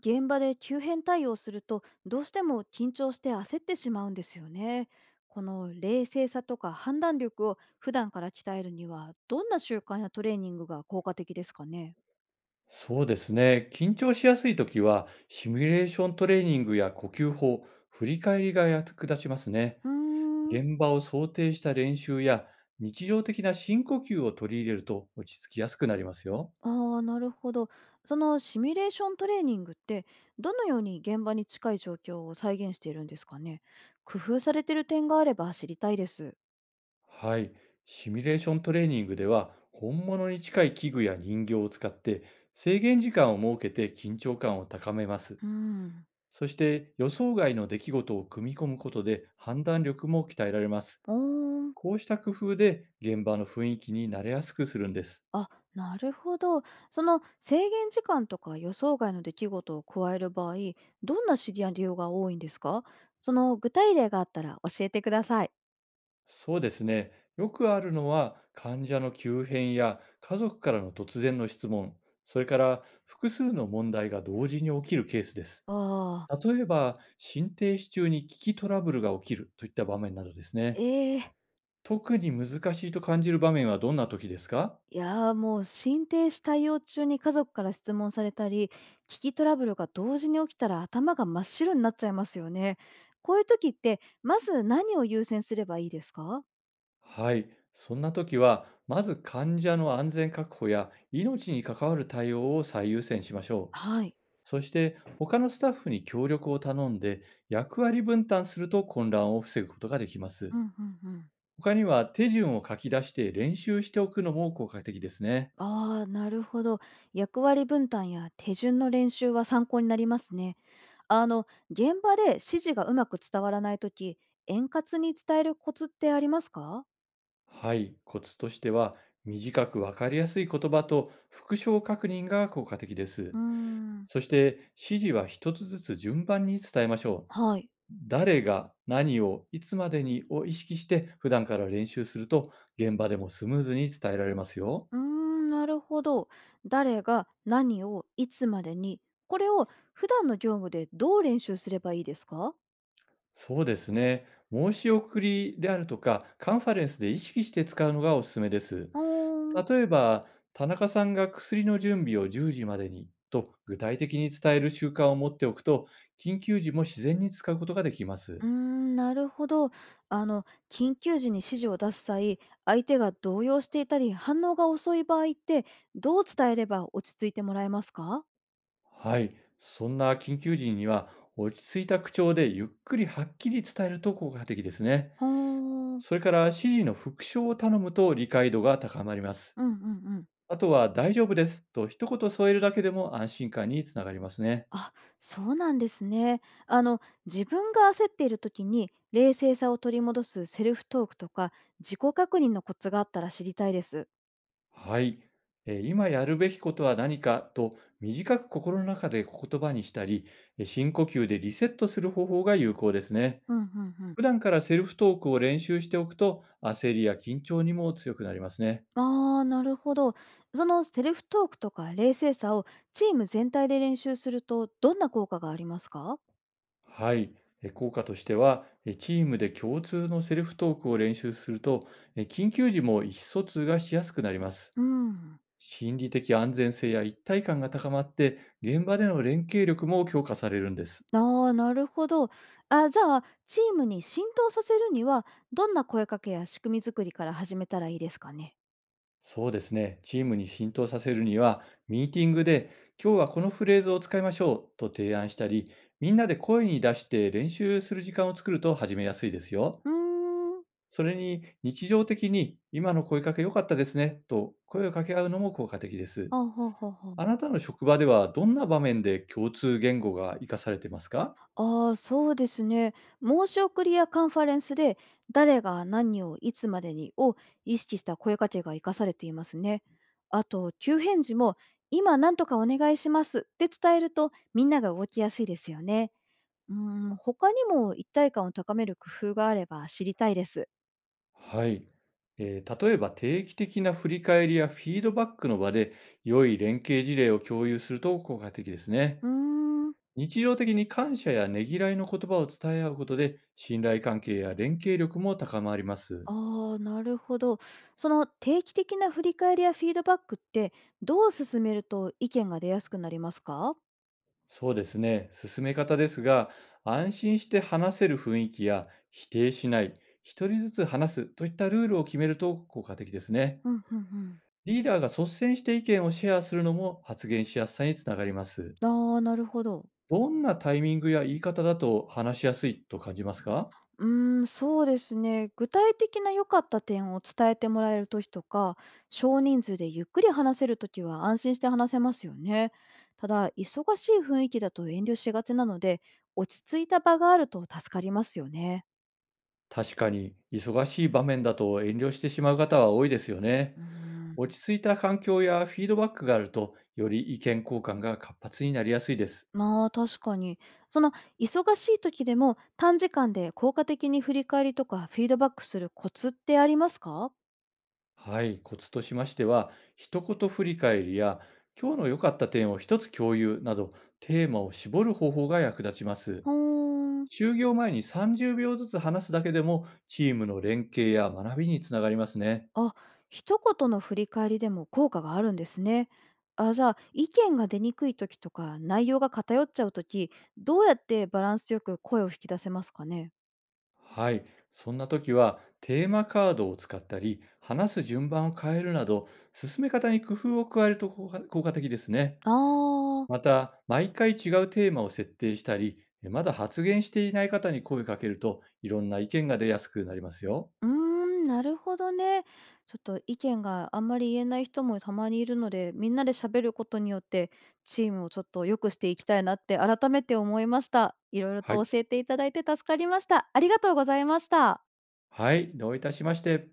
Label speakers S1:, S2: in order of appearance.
S1: 現場で急変対応するとどうしても緊張して焦ってしまうんですよね。この冷静さとか判断力を普段から鍛えるにはどんな習慣やトレーニングが効果的ですかね。
S2: そうですね。緊張しやすいときは、シミュレーショントレーニングや呼吸法、振り返りが役立ちますね。
S1: うーん。
S2: 現場を想定した練習や、日常的な深呼吸を取り入れると落ち着きやすくなりますよ。
S1: あーなるほど。そのシミュレーショントレーニングってどのように現場に近い状況を再現しているんですかね。工夫されてる点があれば知りたいです。
S2: はい。シミュレーショントレーニングでは、本物に近い器具や人形を使って、制限時間を設けて緊張感を高めます。
S1: うーん。
S2: そして、予想外の出来事を組み込むことで判断力も鍛えられます。
S1: おー。
S2: こうした工夫で現場の雰囲気に慣れやすくするんです。
S1: あ、なるほど。その制限時間とか予想外の出来事を加える場合、どんなシナリオが多いんですか？その具体例があったら教えてください。
S2: そうですね。よくあるのは、患者の急変や家族からの突然の質問、それから複数の問題が同時に起きるケースです。
S1: ああ、
S2: 例えば、心停止中に危機トラブルが起きるといった場面などですね。
S1: ええ。
S2: 特に難しいと感じる場面はどんな時ですか？
S1: いやー、もう心停止対応中に家族から質問されたり、危機トラブルが同時に起きたら頭が真っ白になっちゃいますよね。こういう時って、まず何を優先すればいいですか？
S2: はい。そんな時は、まず患者の安全確保や命に関わる対応を最優先しましょう。
S1: はい。
S2: そして、他のスタッフに協力を頼んで役割分担すると、混乱を防ぐことができま
S1: う
S2: す。
S1: んうんうん。
S2: 他には、手順を書き出して練習しておくのも効果的ですね。
S1: ああ、なるほど。役割分担や手順の練習は参考になりますね。現場で指示がうまく伝わらないとき、円滑に伝えるコツってありますか。
S2: はい、コツとしては、短くわかりやすい言葉と復唱確認が効果的です。
S1: うーん、
S2: そして、指示は一つずつ順番に伝えましょう。
S1: はい。
S2: 誰が何をいつまでにを意識して普段から練習すると、現場でもスムーズに伝えられますよ。
S1: うーん、なるほど。誰が何をいつまでに、これを普段の業務でどう練習すればいいですか。
S2: そうですね。申し送りであるとか、カンファレンスで意識して使うのがおすすめです。
S1: うーん。
S2: 例えば、田中さんが薬の準備を10時までにと具体的に伝える習慣を持っておくと、緊急時も自然に使うことができま
S1: う
S2: す。
S1: ーん、なるほど。あの、緊急時に指示を出す際、相手が動揺していたり、反応が遅い場合って、どう伝えれば落ち着いてもらえますか。
S2: はい。そんな緊急時には、落ち着いた口調でゆっくりはっきり伝えると効果的ですね。
S1: ほーん。
S2: それから、指示の復唱を頼むと理解度が高まります。
S1: うんうんうん。
S2: あとは、大丈夫ですと一言添えるだけでも安心感につながりますね。
S1: あ、そうなんですね。自分が焦っている時に、冷静さを取り戻すセルフトークとか、自己確認のコツがあったら知りたいです。
S2: はい。今やるべきことは何かと短く心の中で言葉にしたり、深呼吸でリセットする方法が有効ですね。
S1: うんうんうん。
S2: 普段からセルフトークを練習しておくと、焦りや緊張にも強くなりますね。
S1: ああ、なるほど。そのセルフトークとか冷静さをチーム全体で練習するとどんな効果がありますか。
S2: はい。効果としては、チームで共通のセルフトークを練習すると、緊急時も意思疎通がしやすくなります。
S1: うん。
S2: 心理的安全性や一体感が高まって、現場での連携力も強化されるんです。
S1: ああ、なるほど。あじゃあ、チームに浸透させるには、どんな声かけや仕組み作りから始めたらいいですかね。
S2: そうですね。チームに浸透させるには、ミーティングで、今日はこのフレーズを使いましょうと提案したり、みんなで声に出して練習する時間を作ると始めやすいですよ。
S1: うーん。
S2: それに、日常的に、今の声かけ良かったですねと声を掛け合うのも効果的です。
S1: あほうほうほう。
S2: あなたの職場では、どんな場面で共通言語が活かされてますか？
S1: ああ、そうですね。申し送りやカンファレンスで、誰が何をいつまでにを意識した声かけが生かされていますね。あと、急返事も、今何とかお願いしますって伝えると、みんなが動きやすいですよね。うーん、他にも一体感を高める工夫があれば知りたいです。
S2: はい。例えば、定期的な振り返りやフィードバックの場で良い連携事例を共有すると効果的ですね。
S1: うーん。
S2: 日常的に感謝やねぎらいの言葉を伝え合うことで、信頼関係や連携力も高まります。
S1: ああ、なるほど。その定期的な振り返りやフィードバックって、どう進めると意見が出やすくなりますか。
S2: そうですね、進め方ですが、安心して話せる雰囲気や、否定しない、一人ずつ話すといったルールを決めると効果的ですね。
S1: うんうんうん。
S2: リーダーが率先して意見をシェアするのも、発言しやすさにつながります。
S1: ああ、なるほど。
S2: どんなタイミングや言い方だと話しやすいと感じますか？
S1: うーん、そうですね。具体的な良かった点を伝えてもらえる時とか、少人数でゆっくり話せる時は安心して話せますよね。ただ、忙しい雰囲気だと遠慮しがちなので、落ち着いた場があると助かりますよね。
S2: 確かに、忙しい場面だと遠慮してしまう方は多いですよね。
S1: うーん、
S2: 落ち着いた環境やフィードバックがあると、より意見交換が活発になりやすいです。
S1: まあ確かに。その忙しい時でも短時間で効果的に振り返りとかフィードバックするコツってありますか？
S2: はい、コツとしましては、一言振り返りや、今日の良かった点を一つ共有など、テーマを絞る方法が役立ちます。
S1: ふーん。
S2: 就業前に30秒ずつ話すだけでも、チームの連携や学びにつながりますね。
S1: あ、一言の振り返りでも効果があるんですね。あ、じゃあ、意見が出にくい時とか、内容が偏っちゃう時、どうやってバランスよく声を引き出せますかね？
S2: はい、そんな時は、テーマカードを使ったり、話す順番を変えるなど、進め方に工夫を加えると効果的ですね。
S1: ああ、
S2: また、毎回違うテーマを設定したり、まだ発言していない方に声かけると、いろんな意見が出やすくなりますよ。
S1: うーん、なるほどね。ちょっと意見があんまり言えない人もたまにいるので、みんなで喋ることによって、チームをちょっと良くしていきたいなって改めて思いました。いろいろ
S2: は
S1: と
S2: い。
S1: 教えていただいて助かりました。ありがとうございました。
S2: はい。どういたしまして。